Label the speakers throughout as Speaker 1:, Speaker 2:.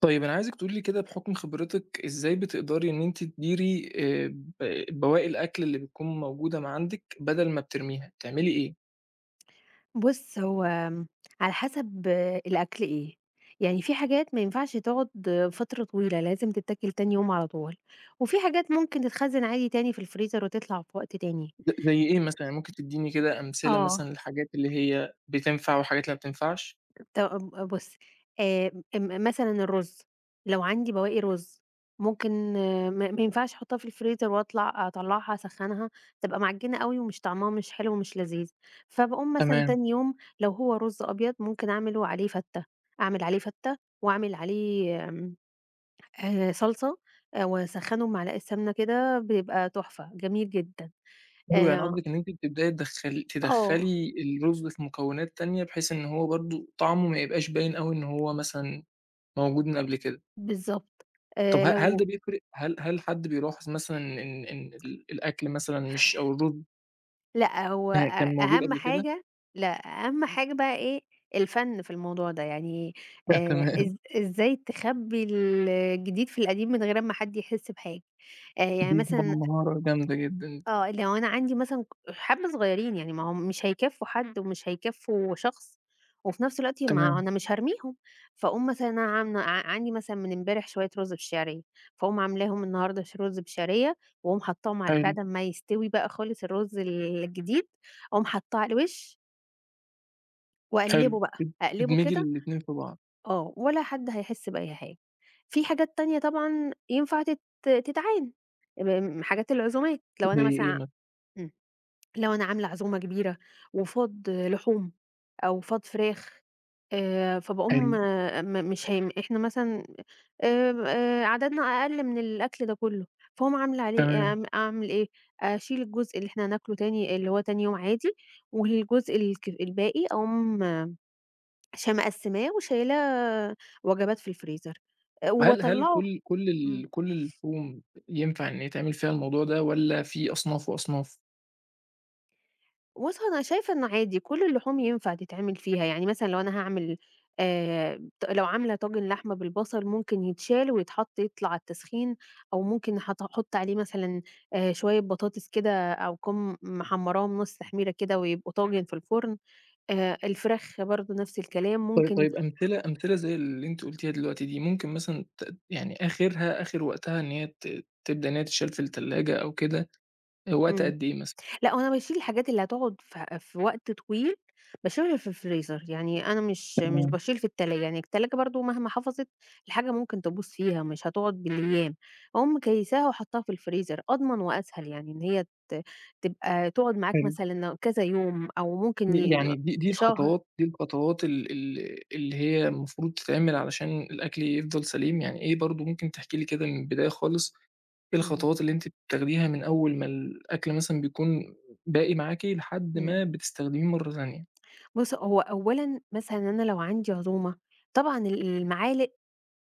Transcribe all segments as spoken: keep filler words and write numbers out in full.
Speaker 1: طيب أنا عايزِك تقولي لي كده بحُكم خبرتِك، إزاي بتقدري إن أنتِ تديري آآ ب بواقي الأكل اللي بتكون موجودة ما عندِك بدل ما بترميها، بتعملي إيه؟
Speaker 2: بُص، هو آمم، على حسب الأكل إيه، يعني في حاجات ما ينفعش تقعد فترة طويلة، لازم تتاكل تاني يوم على طول، وفي حاجات ممكن تتخزّن عادي تاني في الفريزر وتطلع في وقت تاني.
Speaker 1: ز زي إيه مثلًا؟ يعني ممكن تدّيني كده أمثلة
Speaker 2: آه.
Speaker 1: مثلًا للحاجات اللي هي بتنفع وحاجات اللي ما بتنفعش؟
Speaker 2: طب ب بُصّي، آآ م مثلًا الرُز، لو عندي بواقي رُز ممكن آه، ما ما ينفعش أحطها في الفريزر وأطلع أطلّعها أسخّنها، تبقى معجنة أوي ومش طعمها مش حلو ومش لذيذ، فباقوم مثلًا
Speaker 1: تمام.
Speaker 2: تاني يوم لو هو رُز أبيض ممكن أعمله عليه فتّة، أعمل عليه فتّة وأعمل عليه آمم، آآ صلصة آآ وأسخّنه بمعلقة سمنة كده بيبقى تحفة، جميل جدًا.
Speaker 1: حلو، يعني
Speaker 2: آآ
Speaker 1: قصدِك إن أنتِ بتبدئي تدخّلي
Speaker 2: آه،
Speaker 1: تدخّلي الرز في مكونات تانية، بحيث إن هو برضه طعمه ما يبقاش باين أوي إن هو مثلًا موجود من قبل كده.
Speaker 2: بالضبط. آآ
Speaker 1: طَب ه هل
Speaker 2: لو
Speaker 1: ده بيفرق؟ هل هل حد بيلاحظ مثلًا إن إن ال الأكل مثلًا مش أو الرز
Speaker 2: لأ، هو
Speaker 1: آآ
Speaker 2: أ
Speaker 1: كان موجود
Speaker 2: أهم
Speaker 1: قبل كده؟
Speaker 2: حاجة. لأ، أهم حاجة بقى إيه، الفَن في الموضوع ده، يعني
Speaker 1: لأ
Speaker 2: آآ
Speaker 1: تمام،
Speaker 2: إز إزاي تخبّي الجديد في القديم من غير أمّا حد يحس بحاجة، آآ يعني
Speaker 1: دي طبعًا
Speaker 2: مثلًا
Speaker 1: مهارة جامدة جدًا.
Speaker 2: آه، اللي هو أنا عندي مثلًا ك حبّة صغيّرين، يعني ما هم مش هيكفّوا إمم. حد ومش هيكفّوا شخص، وفي نفس الوقت ما
Speaker 1: تمام.
Speaker 2: أنا مش هارميهم، فاقوم مثلًا أنا عاملة ع عندي مثلًا من امبارح شوية رُز بالشعرية، فاقوم عاملاهم النهارده ش رُز بشعرية، واقوم حاطّاهم ع
Speaker 1: حلو.
Speaker 2: بعد ما يستوي بقى خالص الرُز الجديد، أقوم حاطّاه على الوش
Speaker 1: حلو،
Speaker 2: وأقلّبه بقى، أقلّبه
Speaker 1: ادمجي
Speaker 2: كده
Speaker 1: الاتنين في بعض.
Speaker 2: آه، ولا حد هيحس بأي حاجة. في حاجات تانية طبعًا ينفع تت تتعان، م حاجات العزومات، لو أنا
Speaker 1: زي إيه
Speaker 2: مثلًا
Speaker 1: مثلًا؟
Speaker 2: إمم. لو أنا عاملة عزومة كبيرة وفاض لحوم أو فاض فراخ آآ، فباقوم
Speaker 1: حلو.
Speaker 2: م مش هي إحنا مثلًا آمم، آآ، عددنا أقل من الأكل ده كله، فاقوم عاملة عليه
Speaker 1: تمام.
Speaker 2: أعم أعمل إيه، أشيل الجزء اللي إحنا هناكله تاني اللي هو تاني يوم عادي، والجزء الك الباقي أقوم ش مقسّماه وشايلاه وجبات في الفريزر، آآ،
Speaker 1: هل هل
Speaker 2: وباطلّعه
Speaker 1: كل كل
Speaker 2: إمم.
Speaker 1: ال كل اللحوم ينفع إن يتعمل فيها الموضوع ده والّا في أصناف وأصناف؟
Speaker 2: بُص، هو أنا شايفة إنه عادي كل اللحوم ينفع تتعمل فيها، يعني مثلًا لو أنا هاعمل آآ ط لو عاملة طاجن لحمة بالبصل ممكن يتشال ويتحط يطلع على التسخين، أو ممكن هت أحط عليه مثلًا آآ شوية بطاطس كده أو أكون محمراهم نُص تحميرة كده ويبقوا طاجن في الفرن، آآ الفراخ برضه نفس الكلام
Speaker 1: طيب
Speaker 2: ممكن
Speaker 1: طيب أمثلة أمثلة زي اللي أنتِ قُلتيها دلوقتي دي، ممكن مثلًا ت يعني آخرها آخر وقتها إن هي ت تبدأ إن هي تتشال في التلاجة أو كده، وقت
Speaker 2: إمم.
Speaker 1: قد إيه مثلًا؟
Speaker 2: لأ، هو أنا باشيل الحاجات اللي هتقعد ف في وقت طويل، باشيلها في الفريزر، يعني أنا مش مش
Speaker 1: تمام.
Speaker 2: باشيل في التلاجة، يعني التلاجة برضه مهما حفظت الحاجة ممكن تبوظ فيها، مش هتقعد بالأيام، أقوم كيّساها وحاطاها في الفريزر، أضمن وأسهل يعني إن هي ت تبقى تقعد معاك
Speaker 1: حلو.
Speaker 2: مثلًا كذا يوم أو ممكن
Speaker 1: ي
Speaker 2: ي
Speaker 1: يعني دي دي
Speaker 2: شهر.
Speaker 1: الخطوات دي الخطوات ال ال اللي هي المفروض تتعمل علشان الأكل يفضل سليم، يعني إيه برضه ممكن تحكي لي كده من البداية خالص، إيه
Speaker 2: إمم،
Speaker 1: الخطوات اللي أنتِ بتاخديها من أول ما الأكل مثلًا بيكون باقي معاكِ لحد
Speaker 2: إمم.
Speaker 1: ما بتستخدميه مرة تانية؟
Speaker 2: بُص، هو أولًا مثلًا أنا لو عندي عزومة، طبعًا ال المعالق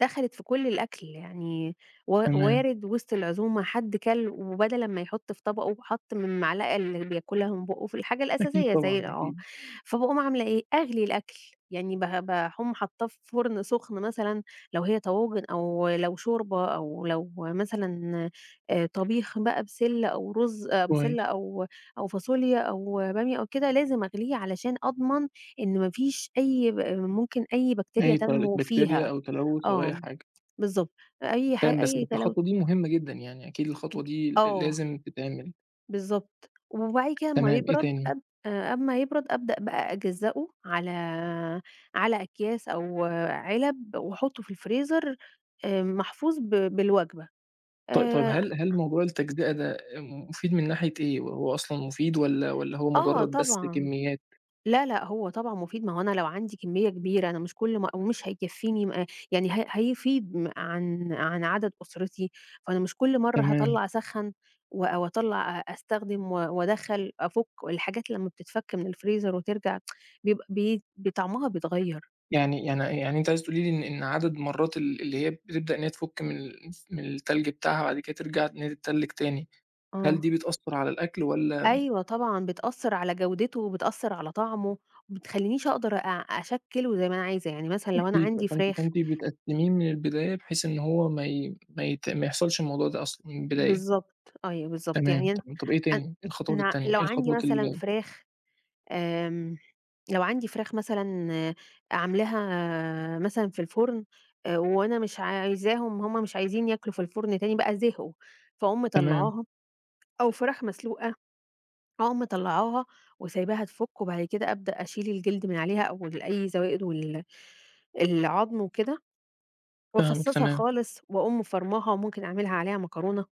Speaker 2: دخلت في كل الأكل، يعني و
Speaker 1: تمام.
Speaker 2: وارد وسط العزومة حد كَل وبدل ما يحُط في طبقه حَط من المعلقة اللي بياكلها من بُقّه في الحاجة
Speaker 1: أكيد
Speaker 2: الأساسية زي
Speaker 1: طبعًا،
Speaker 2: آه،
Speaker 1: أكيد.
Speaker 2: فباقوم عاملة إيه، أغلي الأكل، يعني ب باقوم حاطاه في فرن سُخن مثلًا لو هي طواجن أو لو شوربة أو لو مثلًا آآ طبيخ بقى بسِلّة أو رُز آآ بسِلّة
Speaker 1: كويس.
Speaker 2: أو أو فاصوليا أو بامية أو كده، لازم أغليه علشان أضمن إن ما فيش أي ب ممكن أي بكتيريا
Speaker 1: أي ت
Speaker 2: تنمو
Speaker 1: بكتيريا
Speaker 2: فيها.
Speaker 1: أو تلوث أو أي
Speaker 2: آه،
Speaker 1: حاجة.
Speaker 2: بالضبط. أي ح
Speaker 1: تمام، بس
Speaker 2: أي
Speaker 1: بس
Speaker 2: تلو
Speaker 1: الخطوة دي مهمة جدًا يعني أكيد الخطوة دي ل
Speaker 2: آه،
Speaker 1: لازم تتعمل.
Speaker 2: بالضبط، وبعد كده أمّا
Speaker 1: تمام، إيه
Speaker 2: يبرد
Speaker 1: تاني؟
Speaker 2: أب آآ، أمّا يبرد أبدأ بقى أجزّأه على على أكياس أو علب وأحطّه في الفريزر آآ، محفوظ ب بالوجبة.
Speaker 1: طي طب
Speaker 2: آآ،
Speaker 1: هل هل موضوع التجزئة ده آآ، مفيد من ناحية إيه؟ هو أصلًا مفيد والّا والّا هو
Speaker 2: آه
Speaker 1: مجرد بس
Speaker 2: طبعًا.
Speaker 1: كميات؟
Speaker 2: لا، لأ، هو طبعًا مفيد، ما هو أنا لو عندي كمية كبيرة أنا مش كل ما ومش هيكفّيني م يعني هي هيفيد م عن عن عدد أسرتي، فأنا مش كل مرّة
Speaker 1: تمام.
Speaker 2: هاطلّع أسخّن و أو أطلّع أ أستخدم و وأدخّل أفُك، الحاجات لمّا بتتفك من الفريزر وترجع بيبقى بي ب طعمها بيتغيّر.
Speaker 1: يعني يعني يعني أنتِ عايزة تقولي لي إن إن عدد مرات ال اللي هي بتبدأ إن هي تفُك من ال من التلج بتاعها بعد كده ترجع إن هي تتلج تاني، هل
Speaker 2: آه.
Speaker 1: دي بتأثّر على الأكل والّا
Speaker 2: أيوه طبعًا، بتأثّر على جودته وبتأثّر على طعمه، وما بتخلّينيش أقدر أ أشكّله زي ما أنا عايزة، يعني مثلًا لو أنا
Speaker 1: أكيد.
Speaker 2: عندي
Speaker 1: فأنتِ
Speaker 2: فراخ.
Speaker 1: فأنتِ بتقسّميه من البداية بحيث إن هو ما ي ما يت ما يحصلش الموضوع ده أصلًا من البداية.
Speaker 2: بالضبط، أيوه بالضبط،
Speaker 1: تمام،
Speaker 2: يعني أنا
Speaker 1: تمام. طب إيه
Speaker 2: أن
Speaker 1: تاني؟ إيه الخطوات
Speaker 2: أنا
Speaker 1: التانية؟
Speaker 2: لو
Speaker 1: إيه
Speaker 2: عندي
Speaker 1: الخطوات اللي
Speaker 2: مثلًا
Speaker 1: جاية؟
Speaker 2: فراخ آمم، لو عندي فراخ مثلًا عاملاها مثلًا في الفرن آآ، وأنا مش عايزاهم هُم مش عايزين ياكلوا في الفرن تاني بقى زهقوا، فاقوم
Speaker 1: تمام.
Speaker 2: مطلّعاها أو فراخ مسلوقة أقوم مطلّعاها وسايباها تفُك وبعد كده أبدأ أشيل الجلد من عليها أو ال أي زوائد وال العضم وكده
Speaker 1: فاهمِك.
Speaker 2: وأفصّصها
Speaker 1: تمام.
Speaker 2: خالص وأقوم مفرماها وممكن أعملها عليها مكرونة.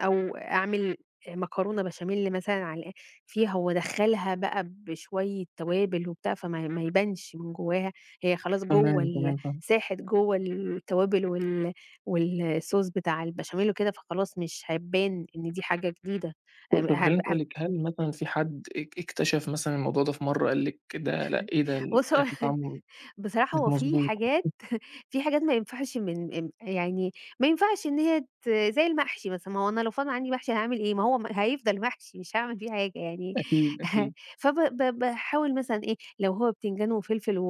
Speaker 2: أو أعمل مكرونة بشاميل مثلًا على فيها وأدخّلها بقى بشوية توابل وبتاع، فما ما يبانش من جواها، هي خلاص جوّه
Speaker 1: تمام.
Speaker 2: ال
Speaker 1: تمام، فاهمِك.
Speaker 2: ساحت جوّه التوابل وال والصوص بتاع البشاميل وكده، فخلاص مش هيبان إن دي حاجة جديدة.
Speaker 1: طب
Speaker 2: آمم
Speaker 1: طب
Speaker 2: هب
Speaker 1: خلّيني
Speaker 2: هب
Speaker 1: أسألِك، هل مثلًا في حد اك اكتشف مثلًا الموضوع ده في مرّة قال لِك ده لأ، إيه ده
Speaker 2: بُص هو
Speaker 1: الأكل طعمه
Speaker 2: بصراحة
Speaker 1: مش
Speaker 2: هو في
Speaker 1: مضبوط؟
Speaker 2: حاجات في حاجات ما ينفعش من ام يعني ما ينفعش إن هي ت زي المحشي مثلًا، ما هو أنا لو فاضل عندي محشي هاعمل إيه؟ ما هو م هيفضل محشي مش هاعمل فيه حاجة يعني.
Speaker 1: أكيد، أكيد.
Speaker 2: فب ب باحاول مثلًا إيه، لو هو بتنجان وفلفل و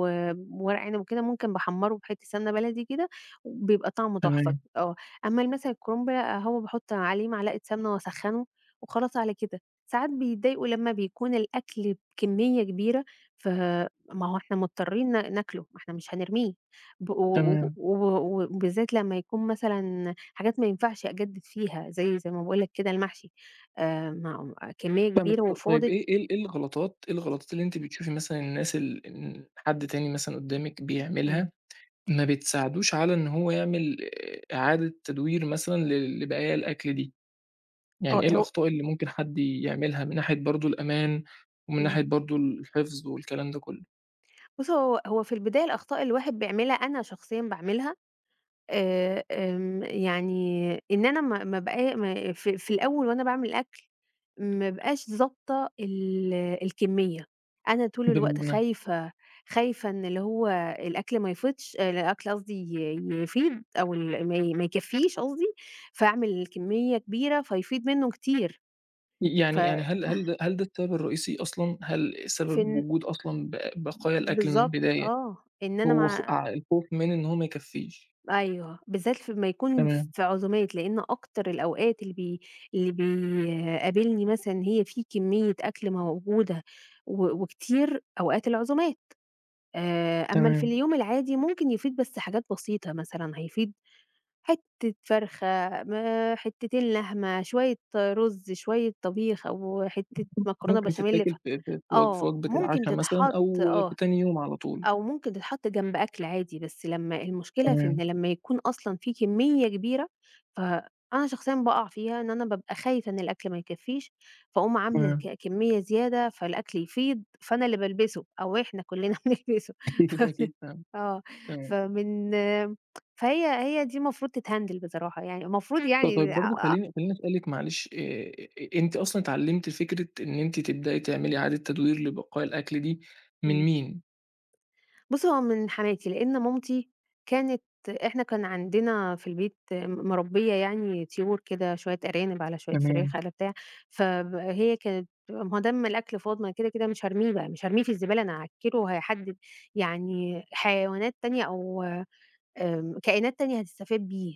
Speaker 2: وورق عنب وكده ممكن باحمّره بحتّة سمنة بلدي كده، بيبقى طعمه تحفة
Speaker 1: تمام،
Speaker 2: آه، أمّا ال مثلًا الكرنب لأ، هو باحط عليه معلقة سمنة وأسخّنه وخلاص على كده، ساعات بيتضايقوا لمّا بيكون الأكل بكمية كبيرة ف ما هو إحنا مضطرين ن ناكله، ما إحنا مش هنرميه، ب و و
Speaker 1: تمام.
Speaker 2: و وبالذات لمّا يكون مثلًا حاجات ما ينفعش أجدد فيها زي إمم. زي ما باقول لك كده المحشي، آآ ما كمية
Speaker 1: فاهمِك.
Speaker 2: كبيرة
Speaker 1: ط طيب
Speaker 2: وفاضت
Speaker 1: إيه إيه ال إيه الغلطات إيه الغلطات اللي أنتِ بتشوفي مثلًا الناس ال إن حد تاني مثلًا قدّامِك
Speaker 2: إمم،
Speaker 1: بيعملها، ما بتساعدوش على إن هو يعمل آآ إعادة تدوير مثلًا ل لبقايا الأكل دي؟ يعني
Speaker 2: آه.
Speaker 1: إيه
Speaker 2: هو
Speaker 1: الأخطاء اللي ممكن حد يعملها من ناحية برضه الأمان، ومن
Speaker 2: إمم،
Speaker 1: ناحية برضه الحفظ والكلام ده كلّه؟
Speaker 2: بُص هو هو في البداية الأخطاء اللي الواحد بيعملها أنا شخصيًا باعملها آآ، آمم، يعني إن أنا ما ما بقى ما في في الأول وأنا باعمل الأكل، ما ابقاش ضابطة ال الكمية، أنا طول الوقت
Speaker 1: بمعنى
Speaker 2: خايفة خايفة إن اللي هو الأكل ما يفيضش الأكل قصدي ي يفيض أو ال ما ي ما يكفيش قصدي، فاعمل كمية كبيرة فيفيض منه كتير، ف
Speaker 1: يعني يعني هل هل ده هل ده السبب الرئيسي أصلًا؟ هل
Speaker 2: في
Speaker 1: سبب
Speaker 2: إن
Speaker 1: وجود أصلًا ب بقايا الأكل من
Speaker 2: بالضبط،
Speaker 1: البداية
Speaker 2: آه، إن أنا
Speaker 1: هو خ
Speaker 2: ما
Speaker 1: ع الخوف من إن هو ما يكفّيش؟
Speaker 2: أيوه، بالذات في أمّا يكون
Speaker 1: تمام،
Speaker 2: في عزومات، لإن أكتر الأوقات اللي بي اللي بيقابلني مثلًا هي في كمية أكل موجودة و وكتير أوقات العزومات. آآ، أمّا ال في
Speaker 1: تمام.
Speaker 2: اليوم العادي ممكن يفيض بس حاجات بسيطة مثلًا، هيفيض حتة فرخة، ما حتتين لحمة، شوية رز، شوية طبيخ أو حتة مكرونة
Speaker 1: ممكن
Speaker 2: بشاميل. ف
Speaker 1: تتاكل في في في وج في
Speaker 2: آه،
Speaker 1: وجبة
Speaker 2: ممكن
Speaker 1: العشا مثلًا
Speaker 2: تتحط
Speaker 1: أو
Speaker 2: آه،
Speaker 1: في تاني يوم على طول.
Speaker 2: أو ممكن تتحط جنب أكل عادي، بس لمّا المشكلة في إن
Speaker 1: تمام،
Speaker 2: لمّا يكون أصلًا في كمية كبيرة، فأنا شخصيًا باقع فيها إن أنا بابقى خايفة إن الأكل ما يكفّيش، فاقوم عاملة
Speaker 1: تمام.
Speaker 2: ك كمية زيادة، فالأكل يفيض، فأنا اللي بالبسه أو إحنا كلنا بنلبسه.
Speaker 1: أكيد،
Speaker 2: فبن
Speaker 1: أكيد فاهم.
Speaker 2: آه،
Speaker 1: تمام.
Speaker 2: فمن فهي هي دي المفروض تتهندل بصراحة، يعني المفروض إمم.
Speaker 1: طب
Speaker 2: يعني
Speaker 1: طيب برضه
Speaker 2: أ أ
Speaker 1: خلّيني خلّيني أسألِك معلش آآ، أنتِ أصلًا اتعلمتِ فكرة إن أنتِ تبدئي تعملي عادة تدوير لبقايا الأكل دي من
Speaker 2: إمم.
Speaker 1: مين؟
Speaker 2: بُصّي، هو من حماتي، لإن مامتي كانت إحنا كان عندنا في البيت م مربية يعني طيور كده، شوية أرانب، على شوية
Speaker 1: تمام.
Speaker 2: فراخ، على بتاع، فب هي كانت ما هو دام الأكل فاض ما كده كده مش هارميه بقى، مش هارميه في الزبالة، أنا هاأكله وهاحدد يعني حيوانات تانية أو آمم، كائنات تانية هتستفاد بيه.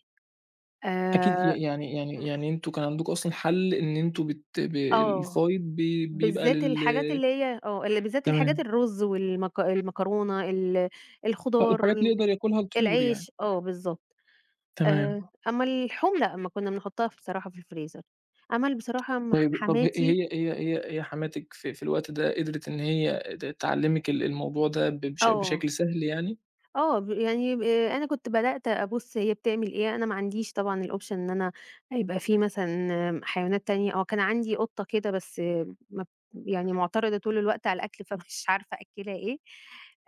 Speaker 1: أكيد ي
Speaker 2: آآ
Speaker 1: يعني يعني يعني أنتم كان عندكم أصلًا حل إن أنتم بت ب
Speaker 2: آه،
Speaker 1: الفايض بي بيبقى
Speaker 2: بالذات
Speaker 1: لل
Speaker 2: الحاجات اللي هي آه، اللي بالذات الحاجات
Speaker 1: تمام،
Speaker 2: الرز والمك المكرونة، ال
Speaker 1: الحاجات اللي
Speaker 2: الخضار،
Speaker 1: يقدر ياكلها الطيور يعني.
Speaker 2: العيش، آه بالضبط.
Speaker 1: تمام.
Speaker 2: آآ، أمّا اللحوم لأ، ما كنا بنحطها ف بصراحة في الفريزر. أمّا ال بصراحة م
Speaker 1: طيب طب هي
Speaker 2: حماتي.
Speaker 1: هي هي هي هي حماتِك في في الوقت ده قدرت إن هي ت تعلّمِك ال الموضوع ده ب بش
Speaker 2: آه،
Speaker 1: بشكل سهل يعني؟
Speaker 2: آه، ب يعني ب آه، أنا كنت بدأت أبُص هي بتعمل إيه، أنا ما عنديش طبعًا الoption إن أنا يبقى في مثلًا حيوانات تانية آه، كان عندي قطة كده بس ما ب يعني مُعترضة طول الوقت على الأكل، فمش عارفة أأكّلها إيه،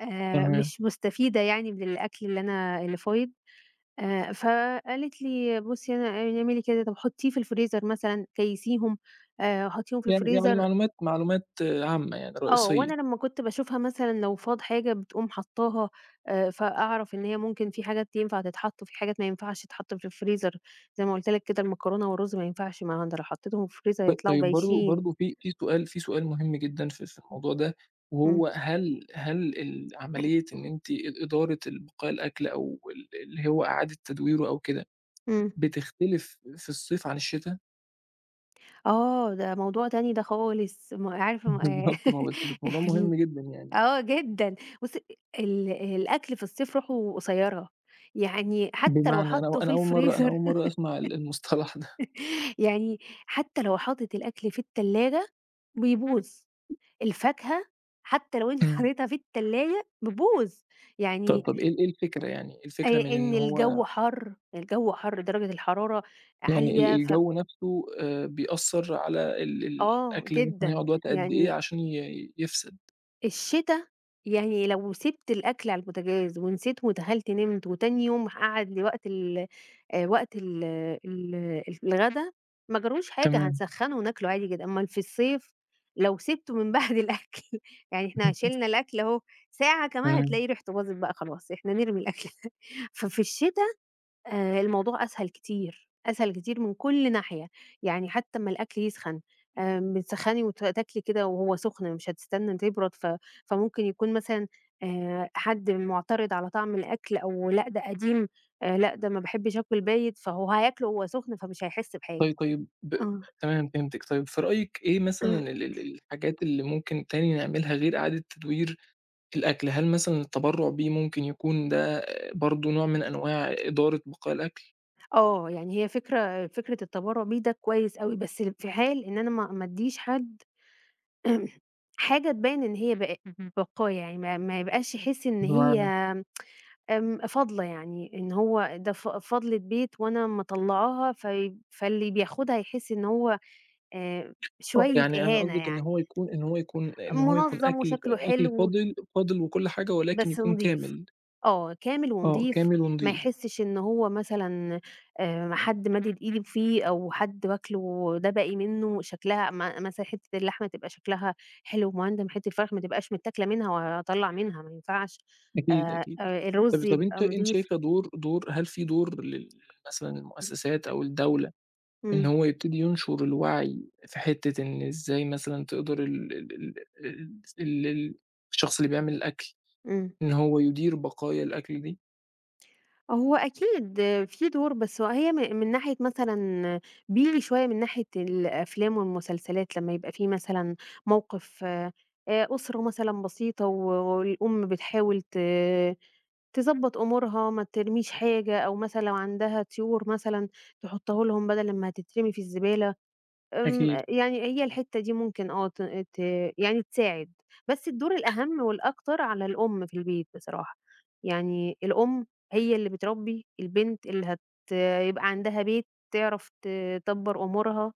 Speaker 2: آآ،
Speaker 1: تمام،
Speaker 2: مش مستفيدة يعني من الأكل اللي أنا اللي فايض، آآ، فقالت لي: "بُصّي أنا اعملي كده، طب حطّيه في الفريزر مثلًا، كيّسيهم، آآ، حطّيهم في
Speaker 1: يعني يعني
Speaker 2: الفريزر
Speaker 1: معلومات معلومات عامة يعني
Speaker 2: آه،
Speaker 1: رئيسية.
Speaker 2: وأنا لمّا كنت باشوفها مثلًا لو فاض حاجة بتقوم حاطّاها، آآ، فأعرف إن هي ممكن في حاجات ينفع تتحط وفي حاجات ما ينفعش تتحط في الفريزر، زي ما قُلت لك كده المكرونة والرز ما ينفعش، ما هو أنا لو حطيتهم في الفريزر
Speaker 1: ط
Speaker 2: هيطلعوا
Speaker 1: طيب برضه
Speaker 2: بايشين.
Speaker 1: برضه في في سؤال في سؤال مهم جدًا في في الموضوع ده،
Speaker 2: إمم.
Speaker 1: وهو هل هل ال عملية إن أنتِ إد إدارة ال بقايا الأكل أو ال اللي هو إعادة تدويره أو كده،
Speaker 2: إمم.
Speaker 1: بتختلف في الصيف عن الشتا؟
Speaker 2: آه، ده موضوع تاني ده خالص، م عارفة م آآ،
Speaker 1: بالضبط ما هو بس بس موضوع
Speaker 2: ال
Speaker 1: مهم جدًا يعني.
Speaker 2: آه جدًا. بُصّي، ال الأكل في الصيف روحه قصيّرة، يعني حتى لو
Speaker 1: بمعنى أنا أو
Speaker 2: حطّه في
Speaker 1: أنا أول مرّة أنا
Speaker 2: الفريزر،
Speaker 1: أول مرّة أسمع ال المصطلح ده.
Speaker 2: يعني حتى لو حاطط الأكل في التلاجة بيبوظ، الفاكهة حتى لو أنت
Speaker 1: إمم.
Speaker 2: حطيتها في التلاجة بتبوظ،
Speaker 1: طب
Speaker 2: يعني
Speaker 1: طب إيه ال إيه الفكرة يعني، إيه
Speaker 2: آآ
Speaker 1: الفكرة من
Speaker 2: إن
Speaker 1: إن
Speaker 2: الجو
Speaker 1: هو
Speaker 2: حَر، الجو حَر درجة الحرارة
Speaker 1: يعني ال
Speaker 2: عالية. ف
Speaker 1: الجو نفسه آآ بيأثّر على ال ال
Speaker 2: آه
Speaker 1: الأكل مثلًا
Speaker 2: جدًا،
Speaker 1: هيقعد وقت قد إيه
Speaker 2: يعني
Speaker 1: عشان ي يفسد؟
Speaker 2: الشتا، يعني لو سِبت الأكل على البوتاجاز ونسيته ودخلت نمت وتاني يوم هاقعد لوقت ال آآ وقت ال ال الغدا، ما جرالوش حاجة
Speaker 1: تمام.
Speaker 2: هنسخّنه وناكله عادي جدًا، أمّال في الصيف لو سِبته من بعد الأكل، يعني إحنا شِلنا الأكل أهو، ساعة كمان
Speaker 1: تمام.
Speaker 2: هتلاقي ريحته باظت بقى خلاص، إحنا نرمي الأكل. ففي الشتا آآ الموضوع أسهل كتير، أسهل كتير من كل ناحية، يعني حتى أمّا الأكل يسخن آآ بتسخّني وت تاكلي كده وهو سخن مش هتستنى إن تبرد، ف فممكن يكون مثلًا آآ حد مُعترض على طعم الأكل أو لأ ده قديم، آآ لأ ده ما باحبش آكل بايت، فهو هياكله وهو سخن فمش هيحس بحاجة.
Speaker 1: طيب، طيب ب ب-
Speaker 2: آه.
Speaker 1: تمام فهمتِك. طيب في رأيِك إيه مثلًا ال ال الحاجات اللي ممكن تاني نعملها غير إعادة تدوير الأكل؟ هل مثلًا التبرُّع بيه ممكن يكون ده برضه نوع من أنواع إدارة بقاء الأكل؟
Speaker 2: آه، يعني هي فكرة فكرة التبرّع بيه ده كويس أوي، بس في حال إن أنا ما ما ادّيش حد حاجة تبيّن إن هي بق بقايا، يعني ما ما يبقاش يحس إن هي
Speaker 1: بمعنى
Speaker 2: آمم، فاضلة يعني، إن هو ده ف فاضلة بيت وأنا مطلّعاها فيب فاللي بياخدها هيحس إن هو آآ،
Speaker 1: آه،
Speaker 2: شوية
Speaker 1: يعني أنا
Speaker 2: إهانة
Speaker 1: قصدِك إن
Speaker 2: يعني،
Speaker 1: هو يكون إن هو يكون إن هو يكون
Speaker 2: منظّم
Speaker 1: أكل ف
Speaker 2: وشكله
Speaker 1: أكل
Speaker 2: حلو
Speaker 1: فاضل فاضل وكل حاجة ولكن
Speaker 2: بس
Speaker 1: يكون
Speaker 2: نضيف،
Speaker 1: كامل.
Speaker 2: آه، كامل
Speaker 1: آه،
Speaker 2: ونضيف.
Speaker 1: كامل
Speaker 2: ما
Speaker 1: ونضيف.
Speaker 2: يحسش إن هو مثلًا آآ، حد مادد إيده فيه أو حد واكله ده باقي منه شكلها م مثلًا حتة اللحمة تبقى شكلها حلو ومهندم، حتة الفراخ ما تبقاش متاكلة منها وهاطلّع منها ما ينفعش،
Speaker 1: أكيد،
Speaker 2: آآ،
Speaker 1: أكيد.
Speaker 2: آآ،
Speaker 1: طب
Speaker 2: الرز
Speaker 1: طب
Speaker 2: يبقى
Speaker 1: أنتِ أنتِ
Speaker 2: نضيف.
Speaker 1: شايفة دور دور هل في دور لل مثلًا المؤسسات أو الدولة إن
Speaker 2: إمم.
Speaker 1: هو يبتدي ينشر الوعي في حتّة إن إزاي مثلًا تقدر ال ال ال ال ال ال الشخص اللي بيعمل الأكل،
Speaker 2: إمم.
Speaker 1: إن هو يدير بقايا الأكل دي؟
Speaker 2: هو أكيد في دور، بس هي م من ناحية مثلًا بييجي شوية من ناحية الأفلام والمسلسلات لمّا يبقى في مثلًا موقف آآ أسرة مثلًا بسيطة و والأم بتحاول ت تضبّط أمورها، ما ترميش حاجة أو مثلًا لو عندها طيور مثلًا تحطّه لهم بدل لمّا هتترمي في الزبالة. آمم،
Speaker 1: أكيد،
Speaker 2: يعني هي الحتّة دي ممكن آه ت ت يعني تساعد، بس الدور الأهم والأكتر على الأم في البيت بصراحة، يعني الأم هي اللي بتربّي البنت اللي هت يبقى عندها بيت تعرف تدبّر أمورها.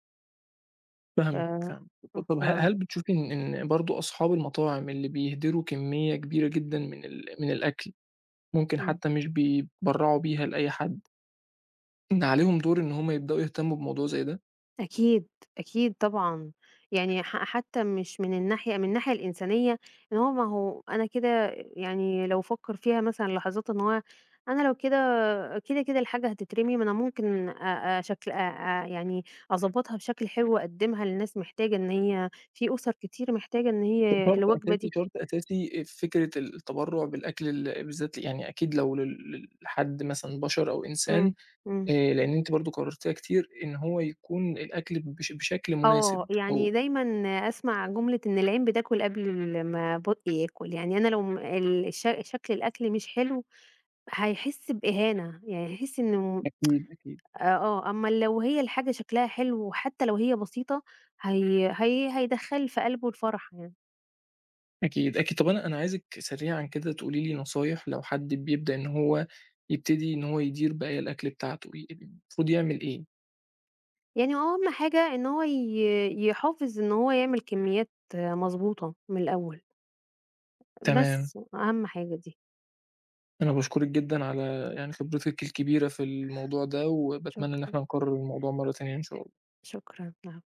Speaker 1: فاهمِك،
Speaker 2: ف
Speaker 1: فاهمِك. ط طب ه
Speaker 2: ف
Speaker 1: هل بتشوفي إن إن برضه أصحاب المطاعم اللي بيهدروا كمية كبيرة جدًا من ال من الأكل، ممكن
Speaker 2: إمم،
Speaker 1: حتّى مش بيبرّعوا بيها لأي حد، إن عليهم دور إن هم يبدؤوا يهتموا بموضوع زي ده؟
Speaker 2: أكيد، أكيد طبعًا، يعني ح حتى مش من الناحية من الناحية الإنسانية إن هو ما هو أنا كده يعني لو فكّر فيها مثلًا لحظات إن هو أنا لو كده كده، كده الحاجة هتترمي، ما أنا ممكن أ أشكل أ أ يعني أضبّطها بشكل حلو وأقدّمها للناس محتاجة إن هي في أُسَر كتير محتاجة إن
Speaker 1: ش
Speaker 2: هي
Speaker 1: شرط
Speaker 2: الوجبة
Speaker 1: أساسي
Speaker 2: دي.
Speaker 1: شرط أساسي في فكرة التبرُّع بالأكل ال بالذات يعني أكيد لو لل لل لحد مثلًا بشر أو إنسان
Speaker 2: إمم. إمم.
Speaker 1: آآ لإن أنتِ برضه كررتيها كتير، إن هو يكون الأكل بش بشكل
Speaker 2: آه،
Speaker 1: مناسب
Speaker 2: يعني
Speaker 1: أو
Speaker 2: دايمًا أسمع جملة إن العين بتاكل قبل ما بُقّي ياكل، يعني أنا لو م ال ش شكل الأكل مش حلو هيحس بإهانة، يعني هيحس إنه
Speaker 1: أكيد، أكيد،
Speaker 2: آه، أمّا لو هي الحاجة شكلها حلو وحتى لو هي بسيطة هي هي هيدخّل في قلبه الفرح يعني.
Speaker 1: أكيد، أكيد. طب أنا أنا عايزِك سريعًا كده تقولي لي نصايح لو حد بيبدأ إن هو يبتدي إن هو يدير بقى الأكل بتاعته، ي المفروض يعمل إيه؟
Speaker 2: يعني هو أهم حاجة إن هو ي يحافظ إن هو يعمل كميات مضبوطة من الأول،
Speaker 1: تمام،
Speaker 2: بس أهم حاجة دي.
Speaker 1: أنا باشكرِك جدًا على يعني خبرتِك الكبيرة في الموضوع ده، وباتمنى إن
Speaker 2: شكرًا،
Speaker 1: إحنا نكرر الموضوع مرة تانية إن شاء
Speaker 2: شكرًا. العفو.